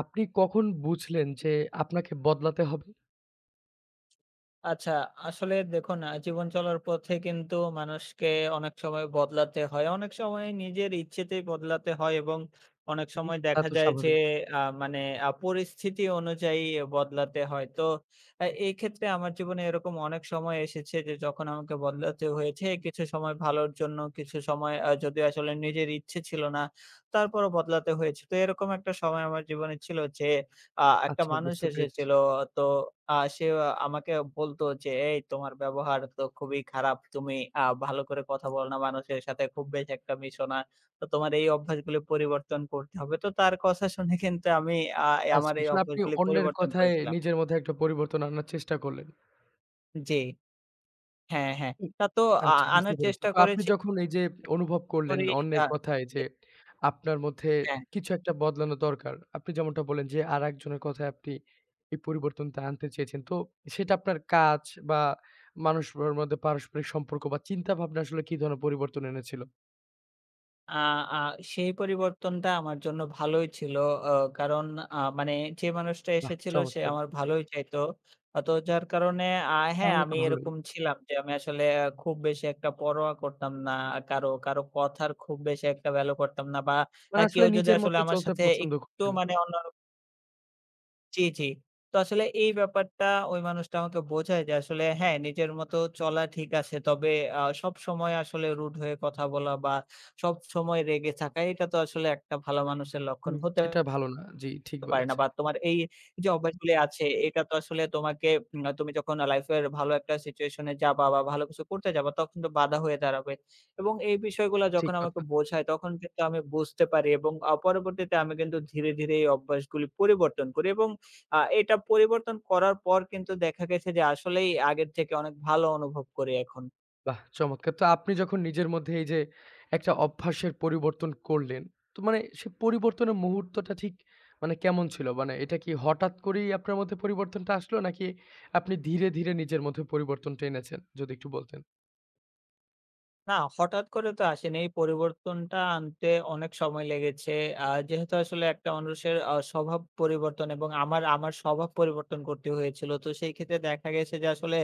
আপনি কখন বুঝলেন যে আপনাকে বদলাতে হবে? আচ্ছা, আসলে দেখুন জীবন চলার পথে কিন্তু মানুষকে অনেক সময় বদলাতে হয়। অনেক সময় নিজের ইচ্ছেতেই বদলাতে হয় এবং অনেক হুম। সময় তা দেখা তো যায় যে স্বাভাবিক। আ মানে আ পরিস্থিতি অনুযায়ী বদলাতে হয়। তো এই ক্ষেত্রে আমার জীবনে এরকম অনেক সময় এসেছে যে যখন আমাকে বদলাতে হয়েছে কিছু সময় ভালোর জন্য, কিছু সময় যদিও আসলে নিজের ইচ্ছে ছিল না, তারপরও বদলাতে হয়েছে। তো এরকম একটা সময় আমার জীবনে ছিল যে একটা আচ্ছা মানুষ বুঝতে পেরেছি। এসেছিল। তো সে আমাকে বলতো যে, "এই তোমার ব্যবহার তো খুবই খারাপ। তুমি ভালো করে কথা বলো না, মানুষের সাথে খুব বেশি একটা মিশো না। তো তোমার এই অভ্যাসগুলো পরিবর্তন করতে হবে।" তো তার কথা শুনে কিন্তু আমি আ আচ্ছা আমার এই আসলে আপনি অভ্যাসগুলি অন্যের পরিবর্তন কথায় করেছিলাম। নিজের মধ্যে একটা পরিবর্তন আনার চেষ্টা করলেন। জি। হ্যাঁ, হ্যাঁ। হুম। তা তো আ আচ্ছা আনার বুঝতে পেরেছি। চেষ্টা তো আপনি করেছি। যখন এই যে অনুভব করলেন করি আ অন্যের কথায় জি, যে আপনার মধ্যে হ্যাঁ। কিছু একটা বদলানো দরকার। আপনি যেমনটা বললেন যে আরেকজনের কথায় আপনি এই পরিবর্তনটা আনতে চেয়েছেন। তো সেটা আপনার কাজ বা মানুষের মধ্যে পারস্পরিক সম্পর্ক বা চিন্তাভাবনা আসলে কি ধরনের পরিবর্তন এনেছিল? আ আ সেই পরিবর্তনটা আমার জন্য ভালোই ছিল। অ কারণ আ মানে যে মানুষটা বাহ! এসেছিল সে চমৎকার। আমার ভালোই চাইতো। তো যার কারণে হ্যাঁ, তাহলে তো আমি ভালোই। এরকম ছিলাম যে আমি আসলে খুব বেশি একটা পরোয়া করতাম না কারো, কারো কথার খুব বেশি একটা ভ্যালু করতাম না বা মানে কেউ আসলে যদি নিজের আসলে মতোই আমার চলতে সাথে পছন্দ একটু করতেন। মানে অন্য জি, জি। তো আসলে এই ব্যাপারটা ওই মানুষটা আমাকে বোঝায় যে আসলে হ্যাঁ, নিজের মতো চলা ঠিক আছে। তবে সবসময় আসলে রুড হয়ে কথা বলা বা সবসময় রেগে থাকা এটা তো আসলে একটা ভালো মানুষের লক্ষণ হুম, হতে সেটা ভালো না। জি, ঠিক পারে না বলেছেন। বা তোমার এই যে অভ্যাসগুলি আছে এটা তো আসলে তোমাকে তুমি যখন লাইফের ভালো একটা সিচুয়েশন এ যাবা বা ভালো কিছু করতে যাবা তখন তো বাধা হয়ে দাঁড়াবে এবং এই বিষয়গুলা ঠিক যখন আমাকে কথা। বোঝায় তখন কিন্তু আমি বুঝতে পারি এবং পরবর্তীতে আমি কিন্তু ধীরে, ধীরে এই অভ্যাসগুলি পরিবর্তন করি এবং এটা পরিবর্তন করার পর কিন্তু দেখা গেছে যে আসলেই আগের থেকে অনেক ভালো অনুভব করি এখন। বাহ! চমৎকার। তো আপনি যখন নিজের মধ্যে এই যে একটা অভ্যাসের পরিবর্তন করলেন, তো মানে সেই পরিবর্তনের মুহূর্তটা ঠিক মানে কেমন ছিল? মানে এটা কি হঠাৎ করেই আপনার মধ্যে পরিবর্তনটা আসলো নাকি আপনি ধীরে, ধীরে নিজের মধ্যে পরিবর্তনটা এনেছেন? যদি একটু বলতেন। না, হঠাৎ করে তো আসেনি। এই পরিবর্তনটা আনতে অনেক সময় লেগেছে। যেহেতু আসলে একটা মানুষের স্বভাব পরিবর্তন এবং আমার আমার স্বভাব পরিবর্তন করতে হয়েছিল। তো সেই ক্ষেত্রে দেখা গেছে যে আসলে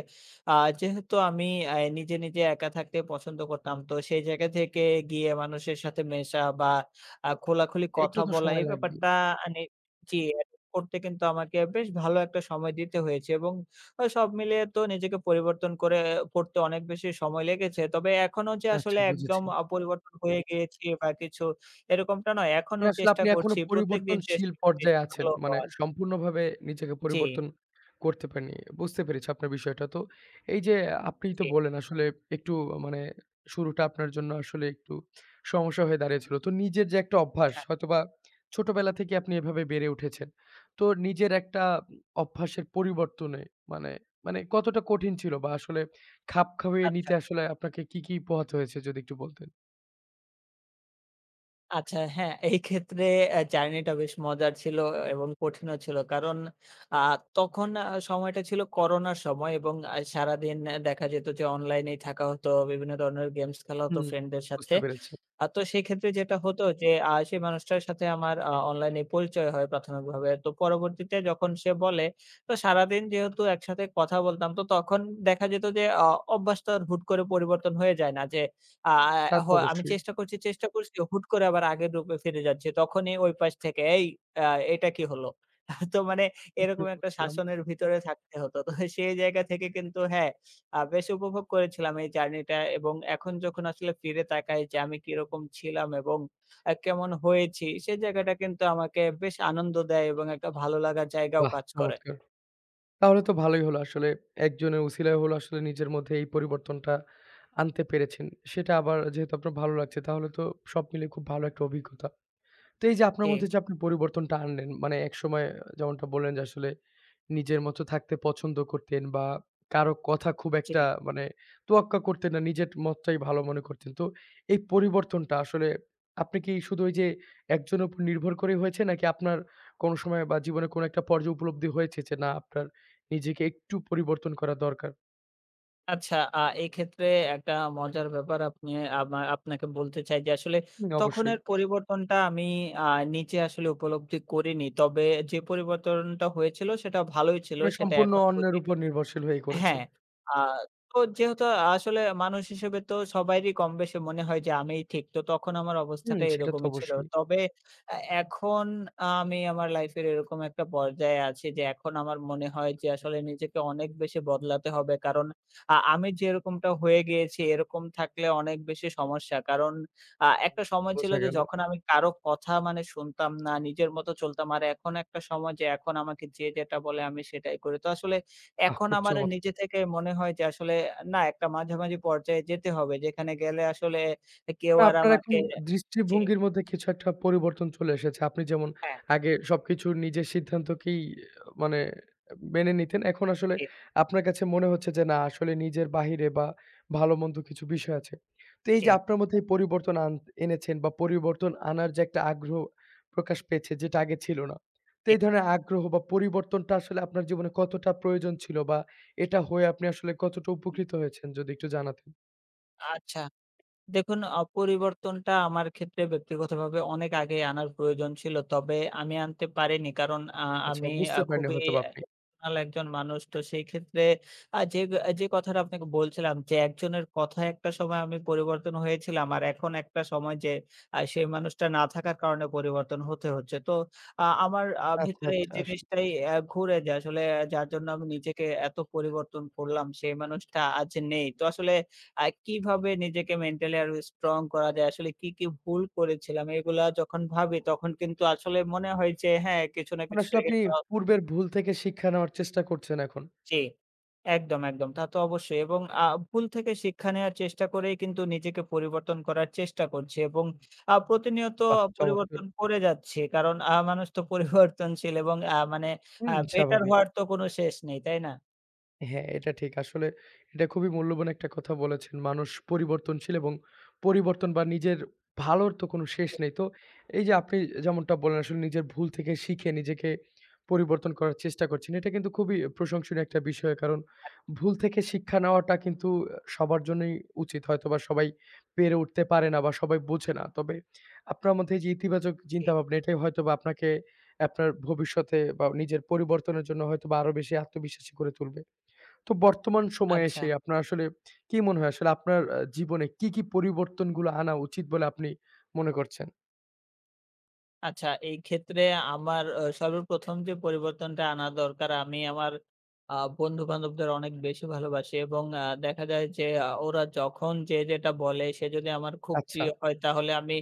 আ যেহেতু আমি নিজে, নিজে একা থাকতে পছন্দ করতাম। তো সেই জায়গা থেকে গিয়ে মানুষের সাথে মেশা বা খোলাখুলি কথা একটু তো বলা সময় এই লাগবেই। ব্যাপারটা মানে জি, করতে কিন্তু আমাকে বেশ ভালো একটা সময় দিতে হয়েছে এবং ওই সব মিলিয়ে তো নিজেকে পরিবর্তন করে করতে অনেক বেশি সময় লেগেছে। তবে এখনো যে আচ্ছা, আসলে একদম বুঝেছি। পরিবর্তন হয়ে গিয়েছি বা কিছু এরকমটা নয়। এখনো মানে আসলে চেষ্টা আপনি এখনো করছি। প্রত্যেকদিন পরিবর্তনশীল চেষ্টা করি যে পর্যায়ে আছেন। ভালো মানে হওয়ার। সম্পূর্ণভাবে নিজেকে জি, পরিবর্তন করতে পারেননি। বুঝতে পেরেছি আপনার বিষয়টা। তো এই যে আপনি তো জি। বললেন আসলে একটু মানে শুরুটা আপনার জন্য আসলে একটু সমস্যা হয়ে দাঁড়িয়েছিল। তো নিজের যে একটা অভ্যাস হ্যাঁ, হয়তোবা ছোটবেলা থেকে আপনি এভাবে বেড়ে উঠেছেন। তো নিজের একটা অভ্যাসের পরিবর্তনে মানে, মানে কতটা কঠিন ছিল বা আসলে খাপ খাইয়ে আচ্ছা, নিতে আসলে আপনাকে কি, কি পোহাতে হয়েছে যদি একটু বলতেন? আচ্ছা হ্যাঁ, এই ক্ষেত্রে অ্যা জার্নিটা বেশ মজার ছিল এবং কঠিনও ছিল। কারণ আ তখন সময়টা ছিল করোনার সময় এবং সারাদিন দেখা যেত যে অনলাইনেই থাকা হতো। বিভিন্ন ধরনের গেমস খেলা হতো হুম। ফ্রেন্ডদের সাথে। বুঝতে পেরেছি। তো সেক্ষেত্রে যেটা হতো যে সেই মানুষটার সাথে আমার অনলাইনে পরিচয় হয় প্রাথমিকভাবে। তো পরবর্তীতে যখন সে বলে, তো সারাদিন যেহেতু একসাথে কথা বলতাম, তো তখন দেখা যেত যে অভ্যাসটা আর হুট করে পরিবর্তন হয়ে যায় না। যে আ হুম। আ তা হ তো আমি অবশ্যই। চেষ্টা করছি, হুট করে আবার আগের রূপে ফিরে যাচ্ছি। তখনই ওই পাশ থেকে, "এই আ এটা কি হলো?" তো মানে হুম, এরকম একটা বুঝলাম। শাসনের ভিতরে থাকতে হতো। তো সেই জায়গা থেকে কিন্তু হ্যাঁ, বেশ উপভোগ করেছিলাম এই জার্নিটা এবং এখন যখন আসলে ফিরে তাকাই যে আমি কিরকম ছিলাম এবং কেমন হয়েছি, সেই জায়গাটা কিন্তু আমাকে বেশ আনন্দ দেয় এবং একটা ভালো লাগার জায়গাও বাহ! কাজ করে। চমৎকার। তাহলে তো ভালোই হলো আসলে একজনের উছিলায় হলো আসলে নিজের মধ্যে এই পরিবর্তনটা আনতে পেরেছেন। সেটা আবার যেহেতু আপনার ভালো লাগছে তাহলে তো সব মিলে খুব ভালো একটা অভিজ্ঞতা। তো এই যে আপনার জি, মধ্যে যে আপনি পরিবর্তনটা আনলেন, মানে একসময় যেমনটা বললেন যে আসলে নিজের মতো থাকতে পছন্দ করতেন বা কারো কথা খুব জি। একটা মানে তোয়াক্কা করতেন না, নিজের মতটাই ভালো মনে করতেন। তো এই পরিবর্তনটা আসলে আপনি কি শুধু ওই যে একজনের উপর নির্ভর করেই হয়েছে নাকি আপনার কোনো সময় বা জীবনে কোনো একটা পর্যায়ে উপলব্ধি হয়েছে যে না আপনার নিজেকে একটু পরিবর্তন করা দরকার? আচ্ছা এক্ষেত্রে একটা মজার ব্যাপার আপনি আপনাকে বলতে চাই যে আসলে হুম, অবশ্যই। তখনের পরিবর্তনটা আমি আ নিজে আসলে উপলব্ধি করিনি। তবে যে পরিবর্তনটা হয়েছিল সেটা ভালোই ছিল। মানে সেটা সম্পূর্ণ এখন অন্যের বুঝি উপর নির্ভরশীল হয়ে করেছেন। হ্যাঁ, আ তো যেহেতু আসলে মানুষ হিসেবে তো সবারই কমবেশি মনে হয় যে আমিই ঠিক। তো তখন আমার হুম, অবস্থাটা সেটা তো এরকমই ছিল। অবশ্যই। তবে এ এখন আমি আমার লাইফের এরকম একটা পর্যায়ে আছি যে এখন আমার মনে হয় যে আসলে নিজেকে অনেক বেশি বদলাতে হবে। কারণ আমি যেরকমটা হয়ে গিয়েছি এরকম থাকলে অনেক বেশি সমস্যা। কারণ একটা সময় ছিল বোঝা যে গেল। যখন আমি কারো কথা মানে শুনতাম না, নিজের মতো চলতাম। আর এখন একটা সময় যে এখন আমাকে যে যেটা বলে আমি সেটাই করি। তো আসলে বাহ! এখন খুব আমার নিজে চমৎকার! থেকে মনে হয় যে আসলে না একটা মাঝামাঝি পর্যায়ে যেতে হবে। যেখানে গেলে আসলে কেউ মানে আর আপনার এখন আমাকে জি, দৃষ্টিভঙ্গির মধ্যে কিছু একটা পরিবর্তন চলে এসেছে। আপনি যেমন হ্যাঁ, আগে সবকিছু নিজের সিদ্ধান্তকেই মানে মেনে নিতেন। এখন আসলে জি, আপনার কাছে মনে হচ্ছে যে না আসলে নিজের বাহিরে বা ভালো-মন্দ কিছু বিষয় আছে। তো এই জি, যে আপনার মধ্যে এই পরিবর্তন এনেছেন বা পরিবর্তন আনার যে একটা আগ্রহ প্রকাশ পেয়েছে যেটা আগে ছিল না। তো জি। এই ধরনের আগ্রহ বা পরিবর্তনটা আসলে আপনার জীবনে কতটা প্রয়োজন ছিল বা এটা হয়ে আপনি আসলে কতটা উপকৃত হয়েছেন যদি একটু জানাতেন? আচ্ছা। দেখুন পরিবর্তনটা আমার ক্ষেত্রে ব্যক্তিগতভাবে অনেক আগেই আনার প্রয়োজন ছিল। তবে আমি আনতে পারিনি। কারণ আচ্ছা আমি বুঝতে পারেননি খুবই হয়তোবা আপনি। ইমোশনাল একজন মানুষ। তো সেই ক্ষেত্রে যে যে কথাটা আপনাকে বলছিলাম যে একজনের কথায় একটা সময় আমি পরিবর্তন হয়েছিলাম। আর এখন একটা সময় যে সেই মানুষটা না থাকার কারণে পরিবর্তন হতে হচ্ছে। তো আ আমার আ আচ্ছা, ভিতরে এই আচ্ছা। জিনিসটাই অ্যা ঘুরে যে আসলে আহ, যার জন্য আমি নিজেকে এত পরিবর্তন করলাম সেই মানুষটা আজ নেই। তো আসলে কিভাবে নিজেকে মেন্টালি আরো স্ট্রং করা যায়? আসলে কি, কি ভুল করেছিলাম? এগুলা যখন ভাবি তখন কিন্তু আসলে মনে হয় যে হ্যাঁ, কিছু না মানে কিছু আসলে জায়গায় আপনি তো পূর্বের ভুল থেকে শিক্ষা নেওয়ার চেষ্টা করছেন এখন। জি, একদম। তা তো অবশ্যই এবং ভুল থেকে শিক্ষা নেওয়ার চেষ্টা করেই কিন্তু নিজেকে পরিবর্তন করার চেষ্টা করছি এবং প্রতিনিয়ত বাহ! চমৎকার! পরিবর্তন করে যাচ্ছি। কারণ মানুষ তো পরিবর্তনশীল এবং আ মানে আ হুম, বেটার স্বাভাবিক। হওয়ার তো কোনো শেষ নেই, তাই না? হ্যাঁ, এটা ঠিক। আসলে এটা খুবই মূল্যবান একটা কথা বলেছেন। মানুষ পরিবর্তনশীল এবং পরিবর্তন বা নিজের ভালোর তো কোনো শেষ নেই। তো এই যে আপনি যেমনটা বললেন আসলে নিজের ভুল থেকে শিখে নিজেকে পরিবর্তন করার চেষ্টা করছেন। এটা কিন্তু খুবই প্রশংসনীয় একটা বিষয়। কারণ ভুল থেকে শিক্ষা নেওয়াটা কিন্তু সবার জন্যই উচিত। হয়তোবা সবাই পেরে উঠতে পারে না বা সবাই বোঝে না। তবে আপনার মধ্যে এই যে ইতিবাচক জি, চিন্তাভাবনা এটাই হয়তোবা আপনাকে আপনার ভবিষ্যতে বা নিজের পরিবর্তনের জন্য হয়তোবা আরো বেশি আত্মবিশ্বাসী করে তুলবে। তো বর্তমান সময়ে আচ্ছা। এসে আপনার আসলে কি মনে হয় আসলে আপনার জীবনে কি, কি পরিবর্তনগুলো আনা উচিত বলে আপনি মনে করছেন? আচ্ছা, এই ক্ষেত্রে আমার সর্বপ্রথম যে পরিবর্তনটা আনা দরকার, আমি আমার বন্ধু-বান্ধবদের অনেক বেশি ভালোবাসি এবং দেখা যায় যে ওরা যখন যে যেটা বলে, সে যদি আমার খুব আচ্ছা, প্রিয় হয়, তাহলে আমি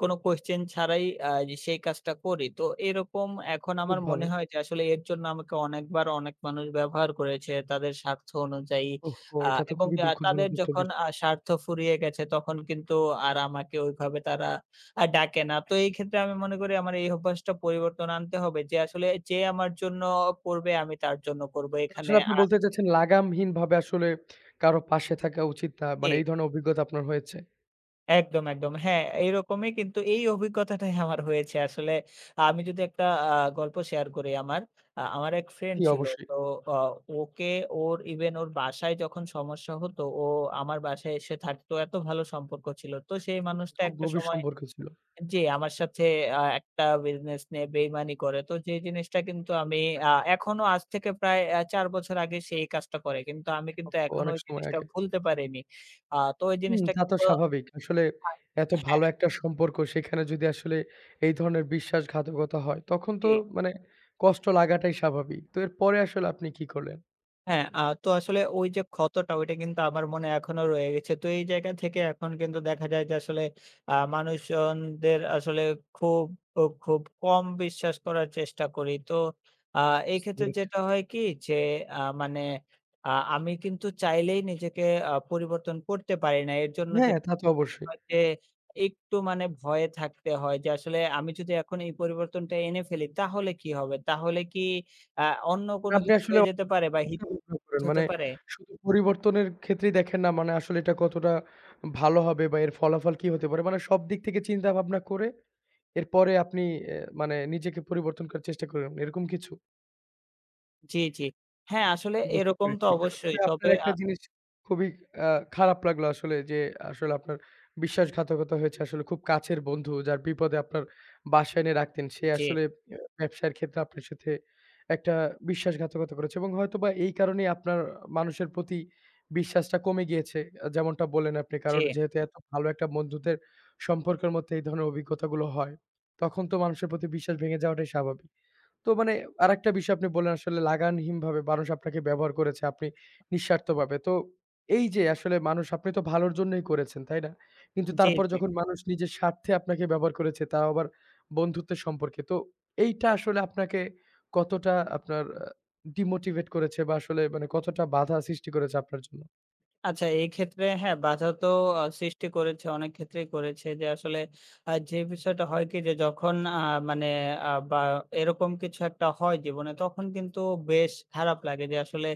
কোনো কোয়েশ্চেন ছাড়াই সেই কাজটা করি। তো এরকম এখন আমার খুব মনে ভালো। হয় যে আসলে এর জন্য আমাকে অনেকবার অনেক মানুষ ব্যবহার করেছে তাদের স্বার্থ অনুযায়ী। ওহহো! আ এটা তো এবং খুবই তাদের দুঃখজনক একটা যখন বিষয়। স্বার্থ ফুরিয়ে গেছে, তখন কিন্তু আর আমাকে ওইভাবে তারা ডাকে না। তো এই ক্ষেত্রে আমি মনে করি আমার এই অভ্যাসটা পরিবর্তন আনতে হবে যে আসলে যে আমার জন্য করবে আমি তার জন্য করব এখানে আসলে আপনি আর বলতে চাচ্ছেন লাগামহীনভাবে আসলে কারো পাশে থাকা উচিত না। মানে কে এই ধরনের অভিজ্ঞতা আপনার হয়েছে। একদম। হ্যাঁ, এইরকমই কিন্তু এই অভিজ্ঞতাটাই আমার হয়েছে আসলে। আমি যদি একটা আ গল্প শেয়ার করি আমার, আমার এক ফ্রেন্ড জি, ছিল। অবশ্যই। তো অ ওকে ওর ইভেন ওর বাসায় যখন সমস্যা হতো ও আমার বাসায় এসে থাকতো। এত ভালো সম্পর্ক ছিল। তো সেই মানুষটা খুব একটা গভীর সময় সম্পর্ক ছিল। জি, আমার সাথে একটা বিজনেস নিয়ে বেইমানি করে। তো যে জিনিসটা কিন্তু আমি এখনো আজ থেকে প্রায় ৪ বছর আগে সে এই কাজটা করে। কিন্তু আমি অ কিন্তু এখনো অনেক ওই সময় জিনিসটা আগে। ভুলতে পারিনি। তো ওই হুম, জিনিসটা তা তো কিন্তু স্বাভাবিক। আসলে আ এত হ্যাঁ, ভালো একটা সম্পর্ক সেখানে যদি আসলে এই ধরনের বিশ্বাসঘাতকতা হয়, তখন তো জি। মানে কষ্ট লাগাটাই স্বাভাবিক। তো এরপরে আসলে আপনি কি করলেন? হ্যাঁ, তো আসলে ওই যে ক্ষতটা ওইটা কিন্তু আমার মনে এখনো রয়ে গেছে। তো এই জায়গা থেকে এখন কিন্তু দেখা যায় যে আসলে মানুষজনদের আসলে খুব, খুব কম বিশ্বাস করার চেষ্টা করি। তো আ এই বুঝতে ক্ষেত্রে পেরেছি। যেটা হয় কি যে আ মানে আ আমি কিন্তু চাইলেই নিজেকে পরিবর্তন করতে পারি না। এর জন্য যে হ্যাঁ, তা তো করতে অবশ্যই। হয় যে একটু মানে ভয়ে থাকতে হয় যে আসলে আমি যদি এখন এই পরিবর্তনটা এনে ফেলি তাহলে কি হবে? তাহলে কি আ অন্য মানে কোনো আপনি কিছু আসলে হয়ে যেতে পারে বা চিন্তা হিতে ভাবনা করেন। হতে মানে পারে? শুধু পরিবর্তনের ক্ষেত্রেই দেখেন না মানে আসলে এটা কতটা ভালো হবে বা এর ফলাফল কি হতে পারে। মানে সব দিক থেকে চিন্তা ভাবনা করে এরপরে আপনি এ মানে নিজেকে পরিবর্তন করার চেষ্টা করেন। এরকম কিছু? জি, জি। হ্যাঁ, আসলে বুঝতে এরকম তো পেরেছি বিষয়টা। অবশ্যই। তবে তবে আপনার একটা জিনিস খুবই আ খারাপ লাগলো আসলে যে, আসলে আপনার বিশ্বাসঘাতকতা হয়েছে আসলে খুব কাছের বন্ধু যার বিপদে আপনার বাসায় এনে রাখতেন। সে জি, আসলে ব্যবসার ক্ষেত্রে আপনার সাথে একটা বিশ্বাসঘাতকতা করেছে এবং হয়তোবা এই কারণেই আপনার মানুষের প্রতি বিশ্বাসটা কমে গিয়েছে। যেমনটা বললেন আপনি জি, কারণ যেহেতু এত ভালো একটা বন্ধুদের সম্পর্কের মধ্যে এই ধরনের অভিজ্ঞতাগুলো হয়, তখন তো মানুষের প্রতি বিশ্বাস ভেঙে যাওয়াটাই স্বাভাবিক। তো মানে আরেকটা বিষয় আপনি বললেন আসলে লাগামহীনভাবে মানুষ আপনাকে ব্যবহার করেছে, আপনি নিঃস্বার্থভাবে। তো এই যে আসলে মানুষ আপনি তো ভালোর জন্যই করেছেন, তাই না? কিন্তু জি, তারপরে জি। যখন মানুষ নিজের স্বার্থে আপনাকে ব্যবহার করেছে, তাও আবার বন্ধুত্বের সম্পর্কে। তো এইটা আসলে আপনাকে কতটা আপনার ডিমোটিভেট করেছে বা আসলে মানে কতটা বাধা সৃষ্টি করেছে আপনার জন্য? আচ্ছা, এই ক্ষেত্রে হ্যাঁ, বাধা তো সৃষ্টি করেছে, অনেক ক্ষেত্রেই করেছে যে আসলে যে বিষয়টা হয় কি যে যখন আ মানে আ বা এরকম কিছু একটা হয় জীবনে তখন কিন্তু বেশ খারাপ লাগে যে আসলে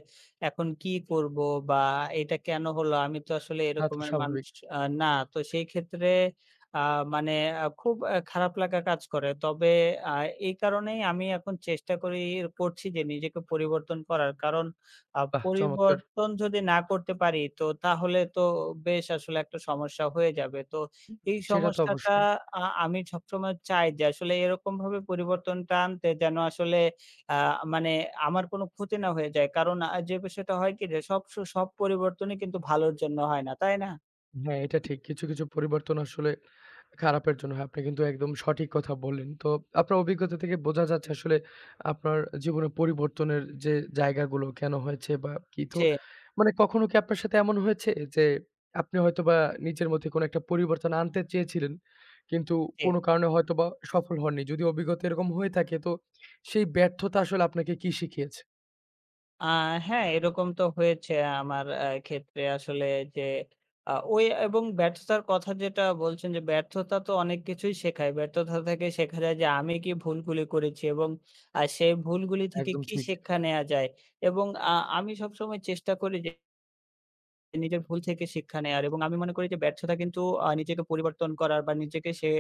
এখন কি করব? বা এটা কেন হলো? আমি তো আসলে তা তো এরকমের মানুষ স্বাভাবিক। না। তো সেই ক্ষেত্রে আ মানে আ খুব আ খারাপ লাগা কাজ করে। তবে আ এই কারণেই আমি এখন চেষ্টা করছি যে নিজেকে পরিবর্তন করার। কারণ বাহ! চমৎকার। পরিবর্তন যদি না করতে পারি তো তাহলে তো বেশ আসলে একটা সমস্যা হয়ে যাবে। তো এই সেটা তো সমস্যাটা অবশ্যই। আমি সবসময় চাই যে আসলে এরকমভাবে পরিবর্তনটা আনতে যেন আসলে আ মানে আমার কোনো ক্ষতি না হয়ে যায়। কারণ যে বিষয়টা হয় কি যে সব পরিবর্তনই কিন্তু ভালোর জন্য হয় না, তাই না? হ্যাঁ, এটা ঠিক। কিছু, কিছু পরিবর্তন আসলে খারাপের জন্য হয়। আপনি কিন্তু একদম সঠিক কথা বললেন। তো আপনার অভিজ্ঞতা থেকে বোঝা যাচ্ছে আসলে আপনার জীবনে পরিবর্তনের যে জায়গাগুলো কেন হয়েছে বা কি। তো জি, মানে কখনো কি আপনার সাথে এমন হয়েছে যে আপনি হয়তোবা নিজের মধ্যে কোনো একটা পরিবর্তন আনতে চেয়েছিলেন, কিন্তু জি। কোনো কারণে হয়তোবা সফল হননি? যদি অভিজ্ঞতা এরকম হয়ে থাকে তো সেই ব্যর্থতা আসলে আপনাকে কি শিখিয়েছে? আ হ্যাঁ, এরকম তো হয়েছে আমার ক্ষেত্রে আসলে যে ওই এবং ব্যর্থতার কথা যেটা বলছেন যে ব্যর্থতা তো অনেক কিছুই শেখায়। ব্যর্থতা থেকে শেখা যায় যে আমি কি ভুলগুলি করেছি এবং সেই হুম, ভুলগুলি থেকে একদম কি ঠিক। শিক্ষা নেয়া যায় এবং আমি সবসময় চেষ্টা করি নিজের ভুল থেকে শিক্ষা নেয়ার এবং আমি মনে করি যে ব্যর্থতা কিন্তু নিজেকে পরিবর্তন করার বা নিজেকে সে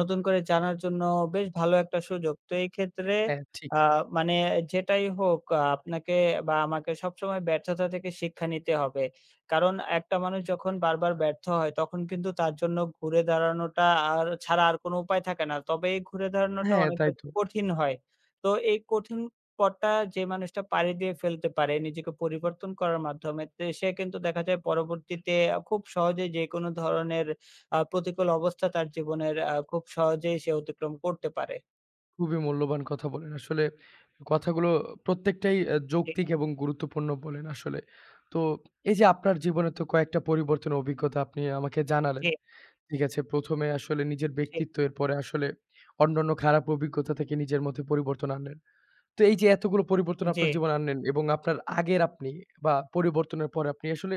নতুন করে জানার জন্য বেশ ভালো একটা সুযোগ। তো এই ক্ষেত্রে হ্যাঁ, ঠিক। আ মানে যেটাই হোক আপনাকে বা আমাকে সবসময় ব্যর্থতা থেকে শিক্ষা নিতে হবে। কারণ একটা মানুষ যখন বারবার ব্যর্থ হয় তখন কিন্তু তার জন্য ঘুরে দাঁড়ানোটা আর ছাড়া আর কোনো উপায় থাকে না। তবে এই ঘুরে দাঁড়ানোটা হ্যাঁ, অনেক তাই বেশি তো। কঠিন হয়। তো এই কঠিন পথটা যে মানুষটা পাড়ি দিয়ে ফেলতে পারে নিজেকে পরিবর্তন করার মাধ্যমে, তে সে কিন্তু দেখা যায় পরবর্তীতে খুব সহজেই যেকোনো ধরনের প্রতিকূল অবস্থা তার জীবনের খুব সহজেই সে অতিক্রম করতে পারে। খুবই মূল্যবান কথা বলেন। আসলে কথাগুলো প্রত্যেকটাই জি, যৌক্তিক এবং গুরুত্বপূর্ণ বলেন আসলে। তো এই যে আপনার জীবনে তো কয়েকটা পরিবর্তনের অভিজ্ঞতা আপনি আমাকে জানালেন। জি, ঠিক আছে, ১ম এ আসলে নিজের জি, ব্যক্তিত্ব, এরপরে আসলে অন্যান্য খারাপ অভিজ্ঞতা থেকে নিজের মধ্যে পরিবর্তন আনলেন। তো এই যে এতগুলো পরিবর্তন জি। আপনার জীবনে আনলেন এবং আপনার আগের আপনি বা পরিবর্তনের পরে আপনি আসলে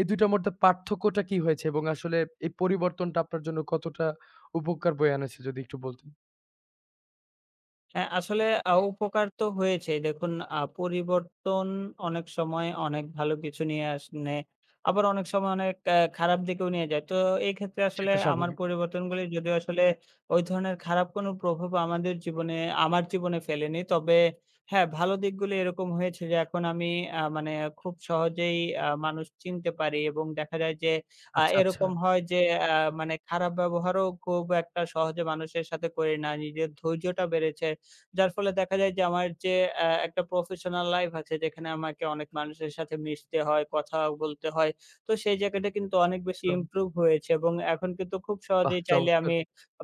এই ২ টার মধ্যে পার্থক্যটা কি হয়েছে? এবং আসলে এই পরিবর্তনটা আপনার জন্য কতটা উপকার বয়ে আনেছে যদি একটু বলতেন? হ্যাঁ, আসলে উপকার তো হয়েছেই। দেখুন পরিবর্তন অনেক সময় অনেক ভালো কিছু নিয়ে আসনে আবার অনেক সময় অনেক খারাপ দিকেও নিয়ে যায়। তো এই ক্ষেত্রে আসলে সেটা আমার স্বাভাবিক। পরিবর্তনগুলি যদিও আসলে ওই ধরনের খারাপ কোনো প্রভাব আমাদের জীবনে আমার জীবনে ফেলেনি। তবে হ্যাঁ, ভালো দিকগুলি এরকম হয়েছে যে এখন আমি আ মানে খুব সহজেই মানুষ চিনতে পারি এবং দেখা যায় যে আচ্ছা, আচ্ছা। এরকম হয় যে আ মানে খারাপ ব্যবহারও খুব একটা সহজে মানুষের সাথে করি না। নিজের ধৈর্যটা বেড়েছে। যার ফলে দেখা যায় যে আমার যে অ্যা একটা প্রফেশনাল লাইফ আছে যেখানে আমাকে অনেক মানুষের সাথে মিশতে হয়, কথা বলতে হয়। তো সেই জায়গাটা কিন্তু অনেক বেশি একদম। ইমপ্রুভ হয়েছে এবং এখন কিন্তু খুব বাহ! সহজেই চাইলে চমৎকার। আমি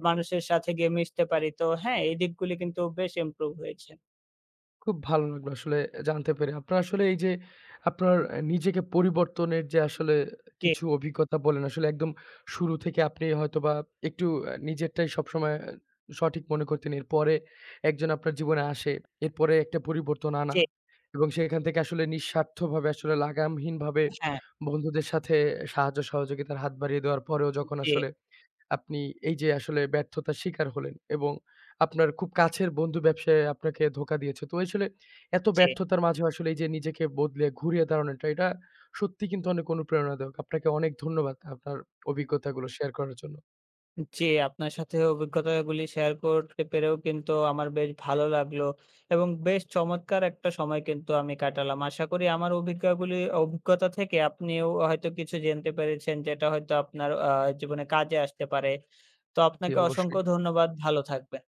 মানুষের সাথে গিয়ে মিশতে পারি। তো হ্যাঁ, এই দিকগুলি কিন্তু বেশ ইমপ্রুভ হয়েছে। খুব ভালো লাগলো আসলে জানতে পেরে। আপনার আসলে এই যে আপনার নিজেকে পরিবর্তনের যে আসলে জি, কিছু অভিজ্ঞতা বললেন, আসলে একদম শুরু থেকে আপনি হয়তোবা একটু নিজেরটাই সবসময় সঠিক মনে করতেন। এরপরে একজন আপনার জীবনে আসে, এরপরে একটা পরিবর্তন আনা জি। এবং সেখান থেকে আসলে নিঃস্বার্থভাবে আসলে লাগামহীনভাবে হ্যাঁ, বন্ধুদের সাথে সাহায্য সহযোগিতার হাত বাড়িয়ে দেওয়ার পরেও যখন জি, আসলে আপনি এই যে আসলে ব্যর্থতার শিকার হলেন এবং আপনার খুব কাছের বন্ধু ব্যবসায় আপনাকে ধোঁকা দিয়েছে। তো আসলে এত জি। ব্যর্থতার মাঝেও আসলে এই যে নিজেকে বদলে ঘুরিয়ে দাঁড়ানোটা এটা সত্যি কিন্তু অনেক অনুপ্রেরণাদায়ক। আপনাকে অনেক ধন্যবাদ আপনার অভিজ্ঞতাগুলো শেয়ার করার জন্য। জি, আপনার সাথে অভিজ্ঞতাগুলি শেয়ার করতে পেরেও কিন্তু আমার বেশ ভালো লাগলো এবং বেশ চমৎকার একটা সময় কিন্তু আমি কাটালাম। আশা করি আমার অভিজ্ঞাগুলি অভিজ্ঞতা থেকে আপনিও হয়তো কিছু জানতে পেরেছেন যেটা হয়তো আপনার জীবনে কাজে আসতে পারে। তো জি, আপনাকে অবশ্যই। অসংখ্য ধন্যবাদ। ভালো থাকবেন।